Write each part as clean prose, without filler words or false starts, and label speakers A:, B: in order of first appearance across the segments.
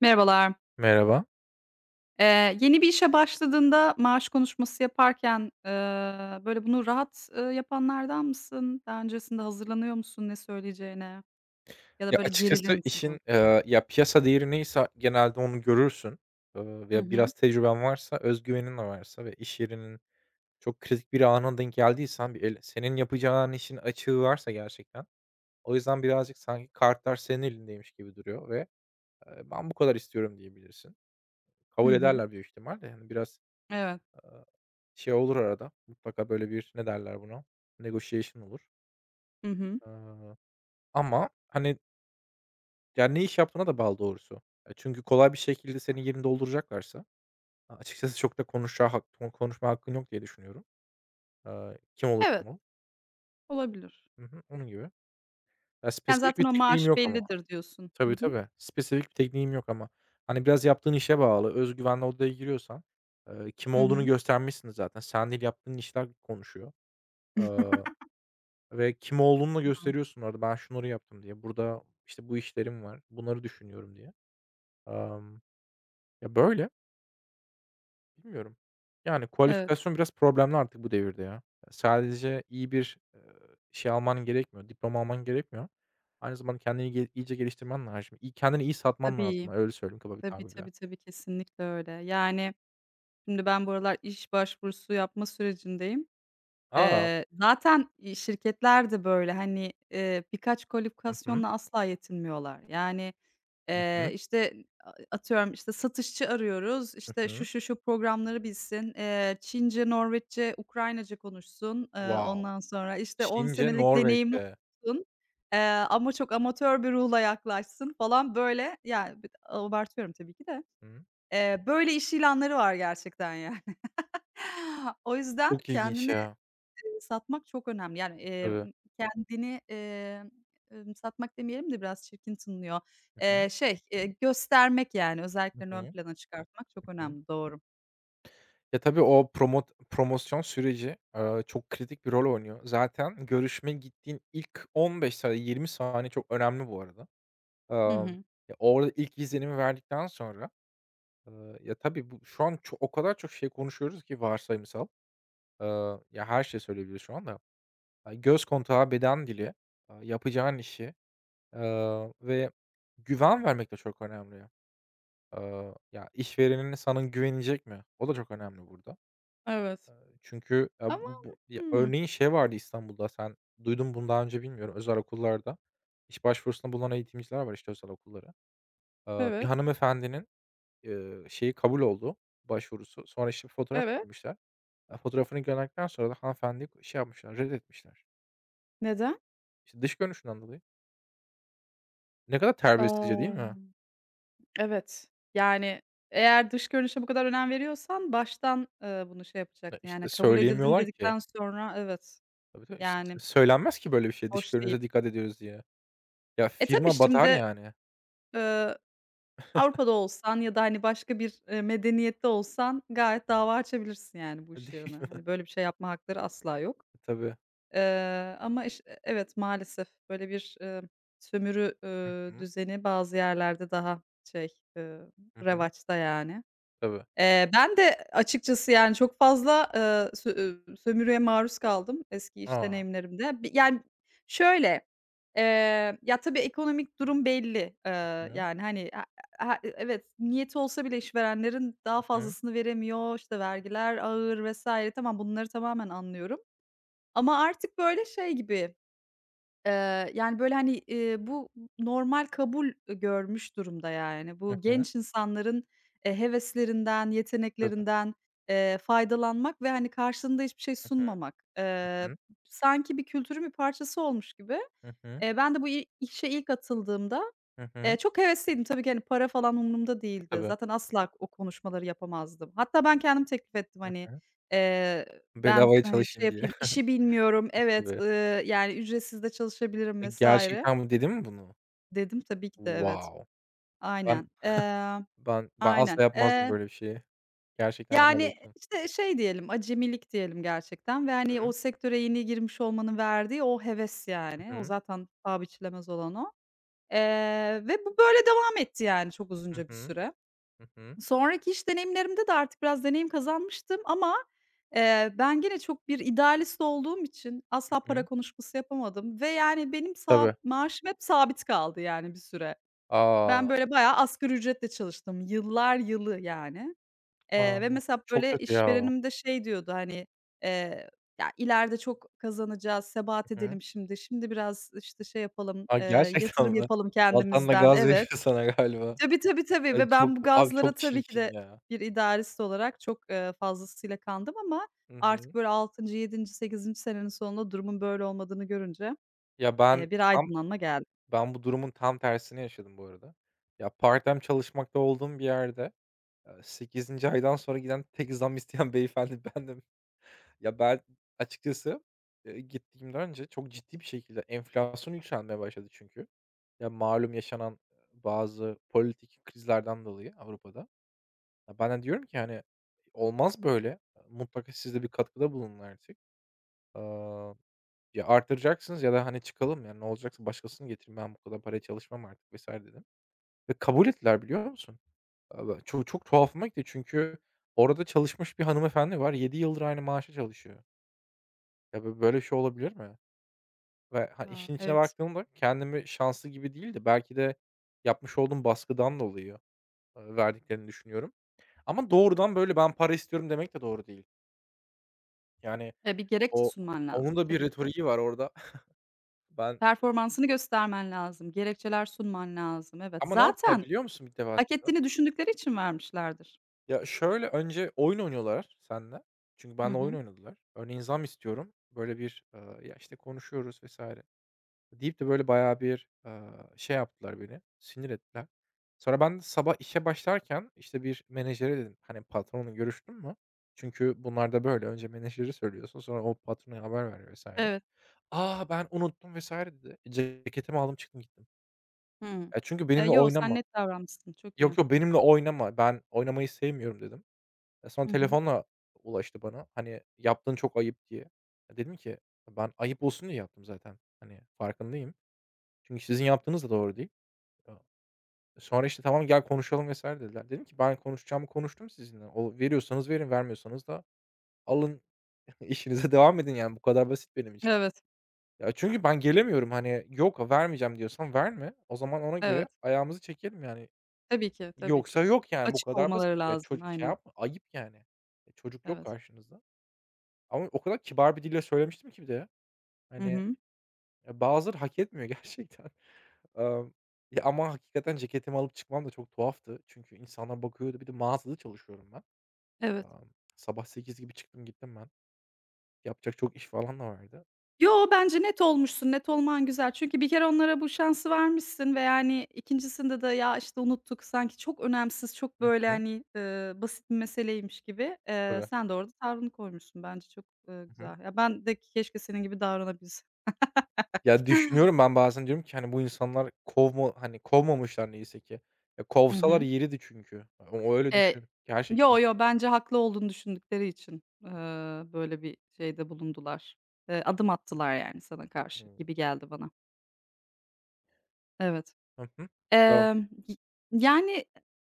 A: Merhabalar.
B: Merhaba.
A: Yeni bir işe başladığında maaş konuşması yaparken, böyle, bunu rahat, yapanlardan mısın? Daha öncesinde hazırlanıyor musun ne söyleyeceğine ya da,
B: Ya,
A: böyle, gerilir
B: açıkçası
A: misin
B: işin,
A: konuşurken?
B: ya, piyasa değeri neyse genelde onu görürsün.
A: Hı
B: Ya,
A: hı.
B: biraz tecrüben varsa, güvenin de varsa ve iş yerinin çok kritik bir anına denk geldiysen, bir el senin yapacağın işin açığı varsa gerçekten, o yüzden birazcık sanki kartlar senin elindeymiş gibi duruyor ve, "Ben bu kadar istiyorum." diyebilirsin.
A: Hı
B: Kabul
A: hı.
B: ederler büyük ihtimal de, hani, biraz,
A: Evet.
B: aaa, şey olur arada, mutlaka böyle bir, ne derler buna, negotiation olur.
A: Hı hı.
B: Iıı, ama, hani, yani, ne iş yaptığına da bağlı doğrusu. E, çünkü kolay bir şekilde senin yerini dolduracaklarsa açıkçası çok da konuşacağı hak konuşma hakkın yok diye düşünüyorum. Kim olursan
A: Evet,
B: ol.
A: olabilir.
B: Hı hı, onun gibi. Ya,
A: Yani,
B: spesifik
A: zaten
B: bir
A: o
B: tekniğim
A: maaş
B: yok ama.
A: bellidir diyorsun. Hı
B: Tabii,
A: hı.
B: tabii. Spesifik bir tekniğim yok ama. Hani, biraz yaptığın işe bağlı. Odaya giriyorsan, kim
A: Hı
B: olduğunu
A: hı.
B: göstermişsin zaten. Sen değil, yaptığın işler konuşuyor. Eee, ve kim olduğunu da gösteriyorsun orada. Ben şunları yaptım diye. Burada, işte, bu işlerim var. Bunları düşünüyorum diye. Emm, ya, böyle. Bilmiyorum. Yani,
A: Evet.
B: kualifikasyon biraz problemli artık bu devirde ya. Sadece iyi bir, şey alman gerekmiyor, diploma alman gerekmiyor. Aynı zamanda kendini ge iyice geliştirmen lazım. Kendini iyi satman lazım,
A: Tabii.
B: öyle söyleyeyim kaba bir
A: Tabii,
B: tabirle.
A: tabii, tabii. Kesinlikle öyle. Yani, şimdi ben bu aralar iş başvurusu yapma sürecindeyim.
B: A!
A: Zaten, şirketler de böyle, hani, birkaç
B: Hı hı.
A: kalifikasyonla asla yetinmiyorlar. Yani,
B: Hı hı.
A: işte, atıyorum, işte, satışçı arıyoruz, işte,
B: Hı.
A: şu programları bilsin, Çince, Norveççe, Ukraynaca konuşsun,
B: Wow!
A: ondan sonra, işte, 10
B: Çince,
A: senelik deneyimi
B: Norveççe.
A: olsun, eee, ama çok amatör bir ruhla yaklaşsın falan, böyle, yani, bir abartıyorum tabii ki de.
B: Hıı.
A: Böyle iş ilanları var gerçekten yani. O yüzden
B: Çok ilginç
A: kendini
B: ya.
A: satmak çok önemli. Yani,
B: Tabii.
A: kendini, satmak demeyelim de biraz çirkin tınlıyor.
B: Hı hı.
A: Göstermek yani
B: Hı
A: özelliklerini ön
B: hı.
A: plana çıkartmak çok
B: Hı hı.
A: önemli, doğru.
B: Ya, tabii o promosyon süreci, çok kritik bir rol oynuyor. Zaten görüşme gittiğin ilk 15 saniye, 20 saniye çok önemli bu arada.
A: Hı
B: Amm,
A: hı.
B: ya, orada ilk izlenimi verdikten sonra, ya, tabii bu şu an o kadar çok şey konuşuyoruz ki varsayımsal. Ya, her şeyi söyleyebiliriz şu anda. Göz kontağı, beden dili, yapacağın işi, ve güven vermek de çok önemli. Ya, işverenin sana güvenecek mi? O da çok önemli burada.
A: Evet.
B: Çünkü, ya,
A: Ama
B: bu bu ya,
A: hımm.
B: örneğin şey vardı İstanbul'da, sen duydun mu bunu daha önce bilmiyorum, özel okullarda iş başvurusunda bulunan eğitimciler var, işte, özel okullara. Bir
A: Evet,
B: hanımefendinin şeyi kabul oldu, başvurusu. Sonra, işte, fotoğraf
A: evet.
B: istemişler. Fotoğrafını gönderdikten sonra da hanımefendiyi şey yapmışlar, reddetmişler.
A: Neden?
B: İşte, dış görünüşünden dolayı. Ne kadar terbiyesizce değil
A: Aaa,
B: mi?
A: evet. Yani, eğer dış görünüşe bu kadar önem veriyorsan baştan, bunu şey
B: Ya,
A: yapacaktın, yani,
B: işte,
A: kabul edildin
B: söyleyemiyorlar ki.
A: dedikten sonra evet,
B: Tabii, tabii. İşte,
A: yani,
B: söylenmez ki böyle bir şey, dış
A: hoş değil.
B: görünüşe dikkat ediyoruz diye. Ya,
A: E, tabii
B: firma batar
A: şimdi,
B: yani.
A: eee Avrupa'da olsan ya da, hani, başka bir, medeniyette olsan gayet dava açabilirsin, yani, bu iş yerine. Hani,
B: E,
A: böyle bir şey yapma hakları asla yok.
B: değil mi? Tabii.
A: Ama iş e evet, maalesef böyle bir, sömürü,
B: Hı hı.
A: düzeni bazı yerlerde daha şey, eee,
B: Hı hı.
A: revaçta, yani.
B: Tabii.
A: Ben de açıkçası, yani, çok fazla, sö sömürüye maruz kaldım eski iş
B: A!
A: deneyimlerimde. Yani, şöyle, ya, tabii ekonomik durum belli.
B: Hı hı.
A: Yani, hani, evet, niyeti olsa bile işverenlerin daha
B: Hı hı.
A: fazlasını veremiyor, işte, vergiler ağır vs. Tamam, bunları tamamen anlıyorum ama artık, böyle, şey gibi yani, böyle, hani, bu normal kabul, görmüş durumda, yani.
B: Hı
A: Bu
B: hı.
A: genç insanların, heveslerinden,
B: Tabii.
A: yeteneklerinden, faydalanmak ve, hani, karşılığında hiçbir şey
B: Hı hı.
A: sunmamak.
B: Hı.
A: Sanki bir kültürün bir parçası olmuş gibi.
B: Hı hı.
A: Ben de bu işe ilk atıldığımda,
B: Hı hı. Hı.
A: Çok hevesliydim. Tabii ki, hani, para falan umurumda değildi.
B: Tabii.
A: Zaten asla o konuşmaları yapamazdım. Hatta ben kendim teklif ettim,
B: Hı
A: hani,
B: hı.
A: eee, ben,
B: Bedavaya
A: hani, şey
B: çalışayım diye.
A: yapayım, işi bilmiyorum, evet,
B: Tabii.
A: yani, ücretsiz de çalışabilirim
B: E,
A: vs.
B: gerçekten mi dedi mi bunu?
A: dedim. Tabii ki de evet.
B: Wow! Ben
A: Aynen.
B: ben
A: Aynen.
B: asla yapmazdım böyle bir şeyi. Gerçekten helal
A: Yani,
B: olsun.
A: işte, şey diyelim, acemilik diyelim gerçekten ve,
B: Hı
A: hani, o
B: hı.
A: sektöre yeni girmiş olmanın verdiği o heves, yani.
B: Hı
A: O
B: hı.
A: zaten paha biçilemez olan o. Ve bu böyle devam etti, yani, çok
B: Hı
A: uzunca bir
B: hı.
A: süre.
B: Hı hı.
A: Sonraki iş deneyimlerimde de artık biraz deneyim kazanmıştım ama, ben gene çok bir idealist olduğum için asla para konuşması yapamadım ve, yani, benim sab
B: Tabii.
A: maaşım hep sabit kaldı, yani, bir süre.
B: A!
A: Ben, böyle, bayağı asgari ücretle çalıştım. Yıllar yılı, yani,
B: A!
A: ve mesela,
B: Çok
A: böyle,
B: kötü ya.
A: işverenim de şey diyordu, hani, eee, "Ya, ileride çok kazanacağız, sebat
B: Hı hı.
A: edelim şimdi. Şimdi biraz, işte, şey yapalım,
B: A, gerçekten
A: yatırım
B: mi?
A: yapalım
B: Altan da
A: kendimizden."
B: gaz veriyor
A: Evet.
B: sana galiba.
A: Tabii, tabii, tabii
B: Ay,
A: ve
B: çok
A: ben bu
B: abi,
A: gazlara
B: çok
A: tabii ki
B: çirkin
A: de
B: ya.
A: bir idarist olarak çok, fazlasıyla kandım ama
B: Hı hı.
A: artık böyle 6. yedinci, sekizinci senenin sonunda durumun böyle olmadığını görünce,
B: Ya, ben
A: bir
B: tam
A: aydınlanma geldi.
B: ben bu durumun tam tersini yaşadım bu arada. Ya, part-time çalışmakta olduğum bir yerde, 8'inci aydan sonra giden tek zam isteyen beyefendi bendim. Ya, ben açıkçası, gittiğimden önce çok ciddi bir şekilde enflasyon yükselmeye başladı çünkü. Ya, malum yaşanan, bazı politik krizlerden dolayı Avrupa'da. Ya, ben de diyorum ki, hani, "Olmaz böyle. Mutlaka siz de bir katkıda bulunun artık. Aaa, ya artıracaksınız ya da, hani, çıkalım ya. Ne olacaksa başkasını getirin. Ben bu kadar paraya çalışmam artık." vesaire dedim ve kabul ettiler, biliyor musun? Çok çok tuhafıma gitti çünkü orada çalışmış bir hanımefendi var. 7 yıldır aynı maaşa çalışıyor. Ya, böyle bir şey olabilir mi? Ve, hani,
A: A,
B: işin içine
A: evet.
B: baktığımda kendimi şanslı gibi değil de belki de yapmış olduğum baskıdan dolayı, verdiklerini düşünüyorum. Ama doğrudan, böyle, "Ben para istiyorum." demek de doğru değil. Yani,
A: E, bir gerekçe
B: o
A: sunman lazım
B: onun da bir
A: tabii ki de.
B: retoriği var orada. Ben
A: Performansını göstermen lazım, gerekçeler sunman lazım. Evet,
B: Ama ne yaptılar
A: zaten
B: biliyor musun bir
A: hak
B: defasında?
A: ettiğini düşündükleri için vermişlerdir.
B: Ya, şöyle, önce oyun oynuyorlar seninle. Çünkü
A: Hı
B: benimle oyun
A: hı.
B: oynadılar. Örneğin zam istiyorum. Böyle bir, ya, işte, konuşuyoruz vesaire. Deyip de böyle bayağı bir, şey yaptılar beni, sinir ettiler. Sonra ben de sabah işe başlarken, işte, bir menajere dedim, hani, "Patronla görüştün mü?" Çünkü bunlar da böyle. Önce menajeri söylüyorsun, sonra o patrona haber veriyor vs.
A: Evet.
B: "A, ben unuttum." vesaire dedi. Ceketimi aldım, çıktım gittim.
A: Hımm.
B: Ya, çünkü benimle
A: Yo, sen
B: oynama.
A: net davranmışsın, çok iyi.
B: "Yok, yok, benimle oynama. Ben oynamayı sevmiyorum." dedim. E, sonra
A: Hı hı.
B: telefonla ulaştı bana, hani, "Yaptığın çok ayıp." diye. E, dedim ki, "Ben ayıp olsun diye yaptım zaten. Hani, farkındayım. Çünkü sizin yaptığınız da doğru değil." Ya, sonra, işte, "Tamam, gel konuşalım." vesaire dediler. Dedim ki, "Ben konuşacağımı konuştum sizinle. O veriyorsanız verin, vermiyorsanız da alın, işinize devam edin." Yani bu kadar basit benim için.
A: Evet,
B: Ya, çünkü ben gelemiyorum. Hani, "Yok, vermeyeceğim." diyorsan verme. O zaman ona göre
A: evet.
B: ayağımızı çekelim yani.
A: Tabii ki, tabii ki.
B: Yoksa yok yani. Bu
A: Açık
B: kadar basit.
A: olmaları
B: Ya,
A: lazım,
B: çocuk şey
A: aynen.
B: yapma, ayıp yani. E, çocuk yok
A: Evet.
B: karşınızda. Ama o kadar kibar bir dille söylemiştim ki bir de.
A: Hı
B: Hani,
A: hı.
B: ya, bazıları hak etmiyor gerçekten. Emm, ya, ama hakikaten ceketimi alıp çıkmam da çok tuhaftı. Çünkü insanlar bakıyordu. Bir de mağazada çalışıyorum ben.
A: Evet.
B: Emm, sabah 8 gibi çıktım gittim ben. Yapacak çok iş falan da vardı.
A: Yo, bence net olmuşsun, net olman güzel. Çünkü bir kere onlara bu şansı vermişsin ve, yani, ikincisinde de ya, işte, unuttuk sanki çok önemsiz, çok
B: Hı
A: böyle,
B: hı.
A: hani, basit bir meseleymiş gibi,
B: Tabii.
A: sen de orada tavrını koymuşsun. Bence çok,
B: Hı hı.
A: güzel. Ya, ben de keşke senin gibi davranabilsem.
B: Ya, düşünüyorum ben bazen diyorum ki, hani, bu insanlar kovmamışlar neyse ki. Ya,
A: Hı
B: kovsalar
A: hı.
B: yeriydi çünkü. O öyle
A: Eee,
B: düşün. Gerçekten.
A: yo, yo, bence haklı olduğunu düşündükleri için, böyle bir şeyde bulundular. Adım attılar, yani, sana
B: Hı
A: karşı
B: hı.
A: gibi geldi bana. Evet.
B: Hı hı.
A: Y yani,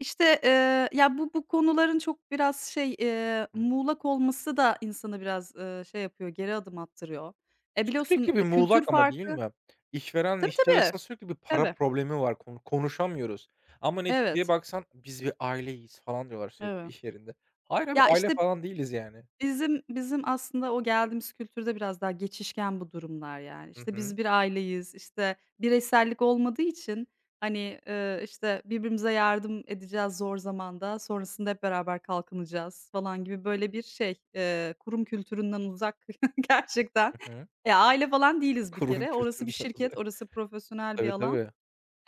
A: işte, ya, bu konuların çok biraz şey, muğlak olması da insanı biraz, şey yapıyor, geri adım attırıyor. E, biliyorsun,
B: Sürekli bir
A: e, kültür
B: muğlak ama değil
A: farkı.
B: mi? İşverenle
A: Tabii,
B: işçi
A: tabii.
B: arasında sürekli bir para
A: Tabii.
B: problemi var. Konuşamıyoruz ama neticeye
A: Evet.
B: baksan "Biz bir aileyiz." falan diyorlar sürekli
A: Evet.
B: iş yerinde. Hayır abi,
A: Ya,
B: aile
A: işte
B: falan değiliz yani.
A: bizim aslında o geldiğimiz kültürde biraz daha geçişken bu durumlar yani.
B: Hı
A: İşte,
B: hı.
A: biz bir aileyiz, işte, bireysellik olmadığı için, hani, işte, birbirimize yardım edeceğiz zor zamanda, sonrasında hep beraber kalkınacağız falan gibi böyle bir şey, kurum kültüründen uzak gerçekten.
B: Hı hı.
A: Ya, aile falan değiliz bir
B: Kurum
A: kere. Orası bir
B: kültüründen
A: şirket,
B: uzak.
A: orası profesyonel bir
B: Tabii,
A: alan.
B: tabii.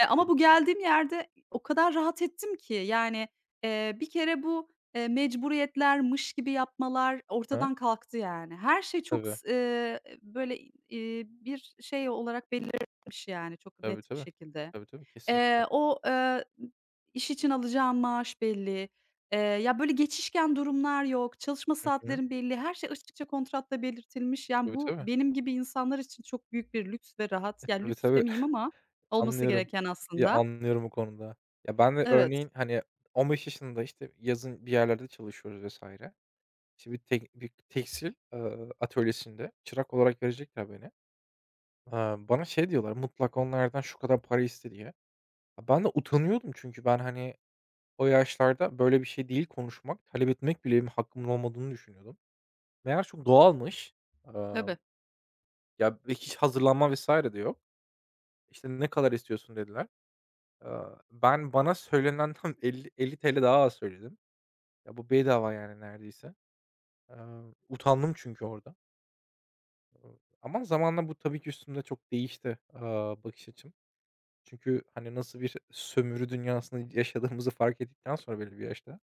A: Ama bu geldiğim yerde o kadar rahat ettim ki, yani, bir kere bu, mecburiyetler, gibi yapmalar
B: Ha,
A: ortadan kalktı yani. Her şey çok
B: tabii.
A: s böyle, bir şey olarak belirlenmiş yani çok
B: Tabii,
A: net bir
B: tabii.
A: şekilde.
B: Tabii, tabii. Kesinlikle.
A: Eee, o, eee, iş için alacağım maaş belli. Ya, böyle, geçişken durumlar yok, çalışma
B: Hı hı.
A: saatlerim belli, her şey açıkça kontratta belirtilmiş. Yani,
B: Tabii,
A: bu
B: tabii.
A: benim gibi insanlar için çok büyük bir lüks ve rahat, ya,
B: Tabii,
A: lüks
B: tabii.
A: demeyeyim ama olması
B: Anlıyorum.
A: gereken
B: Ya,
A: aslında.
B: anlıyorum bu konuda. Ya, ben de
A: Evet,
B: örneğin, hani, 15 yaşında, işte, yazın bir yerlerde çalışıyoruz vs. Şimdi tek bir tekstil, atölyesinde çırak olarak verecekler beni. Bana şey diyorlar, "Mutlaka onlardan şu kadar para iste." diye. Ya, ben de utanıyordum çünkü ben, hani, o yaşlarda böyle bir şey değil konuşmak, talep etmek bile benim hakkımın olmadığını düşünüyordum. Meğer çok doğalmış. Emm,
A: tabii,
B: ya, hiç hazırlanma vesaire de yok. İşte, "Ne kadar istiyorsun?" dediler. Eee, ben bana söylenenden elli TL daha az söyledim. Ya, bu bedava yani neredeyse. Eee, utandım çünkü orada. Ama zamanla bu tabii ki üstümde çok değişti, bakış açım. Çünkü, hani, nasıl bir sömürü dünyasında yaşadığımızı fark ettikten sonra belli bir yaşta,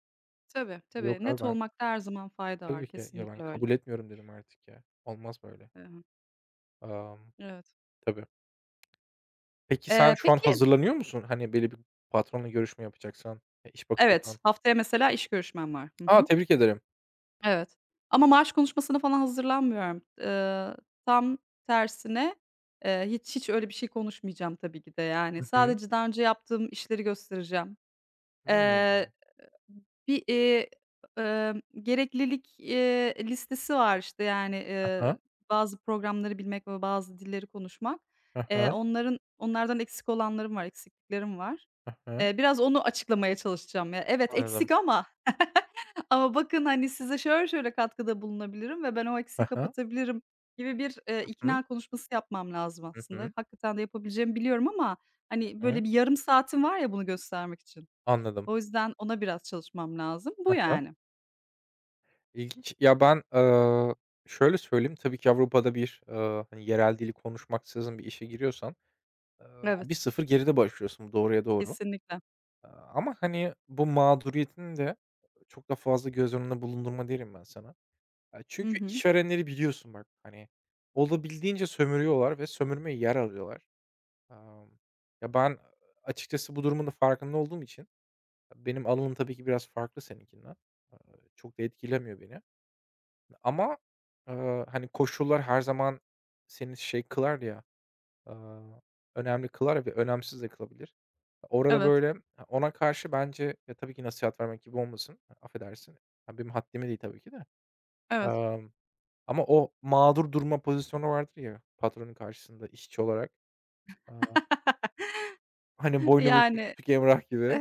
A: tabii, tabii.
B: "Yok abi
A: Net
B: ben".
A: olmakta her zaman fayda var.
B: Tabii ki. "Ya, ben
A: Kesinlikle
B: kabul
A: öyle.
B: etmiyorum." dedim artık ya. Olmaz böyle.
A: Hı hı.
B: Amm,
A: Evet.
B: tabii. Peki sen şu an
A: Peki
B: hazırlanıyor musun? Hani, böyle bir patronla görüşme yapacaksan, e, iş
A: evet,
B: bakıyorsan.
A: haftaya mesela iş görüşmem var. Hı
B: A!
A: hı.
B: Tebrik ederim.
A: Evet. Ama maaş konuşmasına falan hazırlanmıyorum. Tam tersine, hiç öyle bir şey konuşmayacağım tabii ki de yani.
B: Hı hı.
A: Sadece daha önce yaptığım işleri göstereceğim. Eee,
B: Hımm.
A: bir, eee, gereklilik, listesi var işte yani,
B: Hı hı.
A: bazı programları bilmek ve bazı dilleri konuşmak.
B: Hı hı.
A: Onların onlardan eksik olanlarım var, eksikliklerim var.
B: Hı hı.
A: Biraz onu açıklamaya çalışacağım ya. Evet, eksik
B: Anladım.
A: ama ama bakın, hani, size şöyle şöyle katkıda bulunabilirim ve ben o eksiği
B: Hı hı.
A: kapatabilirim gibi bir,
B: Hı hı.
A: ikna konuşması yapmam lazım
B: Hı
A: aslında.
B: hı.
A: Hakikaten de yapabileceğimi biliyorum ama, hani,
B: Hı.
A: böyle
B: Hı.
A: bir yarım saatim var ya bunu göstermek için.
B: Anladım.
A: O yüzden ona biraz çalışmam lazım. Bu
B: Hı hı.
A: yani.
B: İlginç. Ya, ben, şöyle söyleyeyim, tabii ki Avrupa'da bir, hani, yerel dili konuşmaksızın bir işe giriyorsan, eee,
A: Evet.
B: 1-0 geride başlıyorsun bu doğruya doğru.
A: Kesinlikle.
B: Ama, hani, bu mağduriyetini de çok da fazla göz önünde bulundurma derim ben sana.
A: Hı
B: Çünkü
A: hı.
B: işverenleri biliyorsun bak, hani, olabildiğince sömürüyorlar ve sömürmeye yer arıyorlar. Emm, ya, ben açıkçası bu durumun da farkında olduğum için benim alanım tabii ki biraz farklı seninkinden. Eee, çok da etkilemiyor beni. Ama, hani, koşullar her zaman seni şey kılar ya, eee, önemli kılar ve önemsiz de kılabilir. Orada,
A: Evet,
B: böyle, ona karşı bence ya, tabii ki nasihat vermek gibi olmasın, affedersin. Ya, benim haddime değil tabii ki de.
A: evet.
B: Emm, ama o mağdur durma pozisyonu vardır ya patronun karşısında işçi olarak. Eee, hani, boynu bükük
A: Yani
B: küçük Emrah gibi.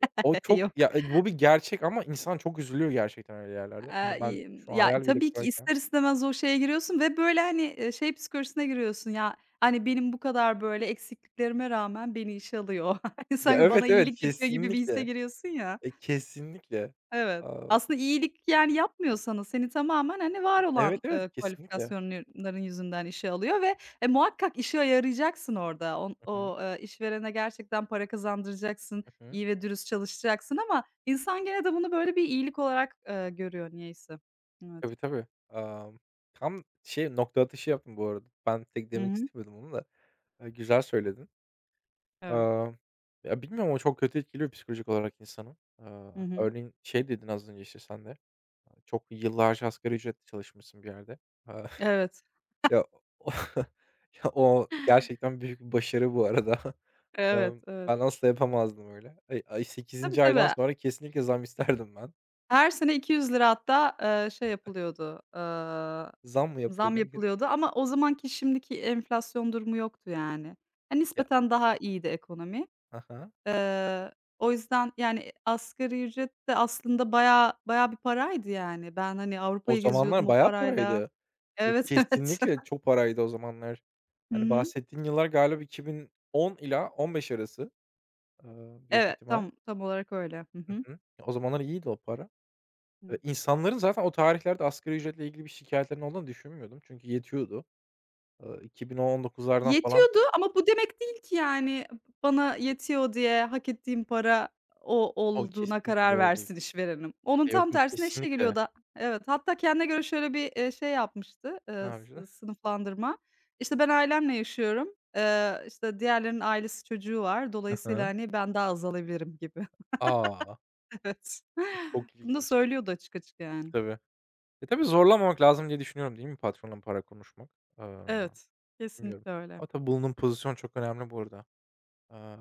B: Ya, o çok
A: yok.
B: ya, e, bu bir gerçek ama insan çok üzülüyor gerçekten öyle yerlerde. Hani, ben şu an
A: Ya,
B: hayal bile
A: tabii ki
B: kurarken.
A: ister istemez o şeye giriyorsun ve böyle, hani, şey psikolojisine giriyorsun ya, hani, benim bu kadar böyle eksikliklerime rağmen beni işe alıyor. Hani,
B: Ya,
A: sanki
B: evet,
A: bana
B: evet,
A: iyilik yapıyor gibi bir hisse
B: kesinlikle.
A: giriyorsun ya.
B: E, kesinlikle.
A: Evet.
B: Aaa,
A: Aslında iyilik, yani, yapmıyorsanız seni tamamen, hani, var
B: evet,
A: olan,
B: evet, kesinlikle.
A: kualifikasyonların yüzünden işe alıyor ve, e, muhakkak işe yarayacaksın orada.
B: Hı hı,
A: İşverene gerçekten para kazandıracaksın,
B: hı hı.
A: iyi ve dürüst çalışacaksın ama insan gene de bunu böyle bir iyilik olarak, görüyor niyeyse. Evet.
B: Tabii, tabii. Tam şey, nokta atışı yaptın bu arada. Ben tek
A: Hı
B: demek
A: hı.
B: istemiyordum onu da. Güzel söyledin.
A: Evet.
B: Amm, ya, bilmiyorum ama çok kötü etkiliyor psikolojik olarak insanı.
A: Hı hı.
B: Örneğin şey dedin az önce, işte, sen de, çok yıllarca asgari ücretle çalışmışsın bir yerde. Aaa,
A: Evet.
B: ya, o ya, o gerçekten büyük bir başarı bu arada.
A: Evet, evet.
B: Ben asla yapamazdım öyle. Ay,
A: Tabii,
B: 8. aydan
A: tabii.
B: sonra kesinlikle zam isterdim ben.
A: Her sene 200 lira hatta, şey yapılıyordu,
B: Zam mı
A: zam
B: yapılıyordu herkes?
A: yapılıyordu ama o zamanki şimdiki enflasyon durumu yoktu yani. Hani,
B: Ya.
A: nispeten daha iyiydi ekonomi.
B: Ha ha.
A: Eee, o yüzden, yani, asgari ücret de aslında bayağı bayağı bir paraydı yani. Ben, hani,
B: O
A: Avrupa'yı geziyordum
B: zamanlar
A: o
B: bayağı
A: parayla.
B: paraydı. E,
A: Evet,
B: kesinlikle
A: evet.
B: çok paraydı o zamanlar.
A: Hı
B: Hani,
A: hı.
B: bahsettiğin yıllar galiba 2010 ila 15 arası, büyük
A: Evet,
B: ihtimal.
A: tam olarak öyle. Hı
B: Hı
A: hı.
B: hı. O zamanlar iyiydi o para.
A: Hı.
B: İnsanların zaten o tarihlerde asgari ücretle ilgili bir şikâyetlerinin olduğunu düşünmüyordum çünkü yetiyordu. 2019'lardan falan.
A: Yetiyordu ama bu demek değil ki, yani, bana yetiyor diye hak ettiğim para o
B: O
A: olduğuna
B: kesinlikle
A: karar
B: doğru değil.
A: versin işverenim. Onun
B: E,
A: tam
B: yok, yok,
A: tersine işe
B: kesinlikle.
A: geliyordu. Evet, hatta kendine göre şöyle bir, şey yapmıştı,
B: Ne
A: sı
B: yapacağız?
A: sınıflandırma. İşte, ben ailemle yaşıyorum, işte, diğerlerinin ailesi çocuğu var.
B: Hı
A: Dolayısıyla,
B: hı.
A: hani, ben daha az alabilirim gibi.
B: A!
A: Evet.
B: Çok
A: Bunu da
B: ilginç.
A: söylüyordu açık açık yani.
B: Tabii. E, tabii zorlamamak lazım diye düşünüyorum, değil mi patronla para konuşmak? Eee,
A: Evet,
B: bilmiyorum
A: kesinlikle öyle.
B: ama tabii bulunduğun pozisyon çok önemli burada. Eee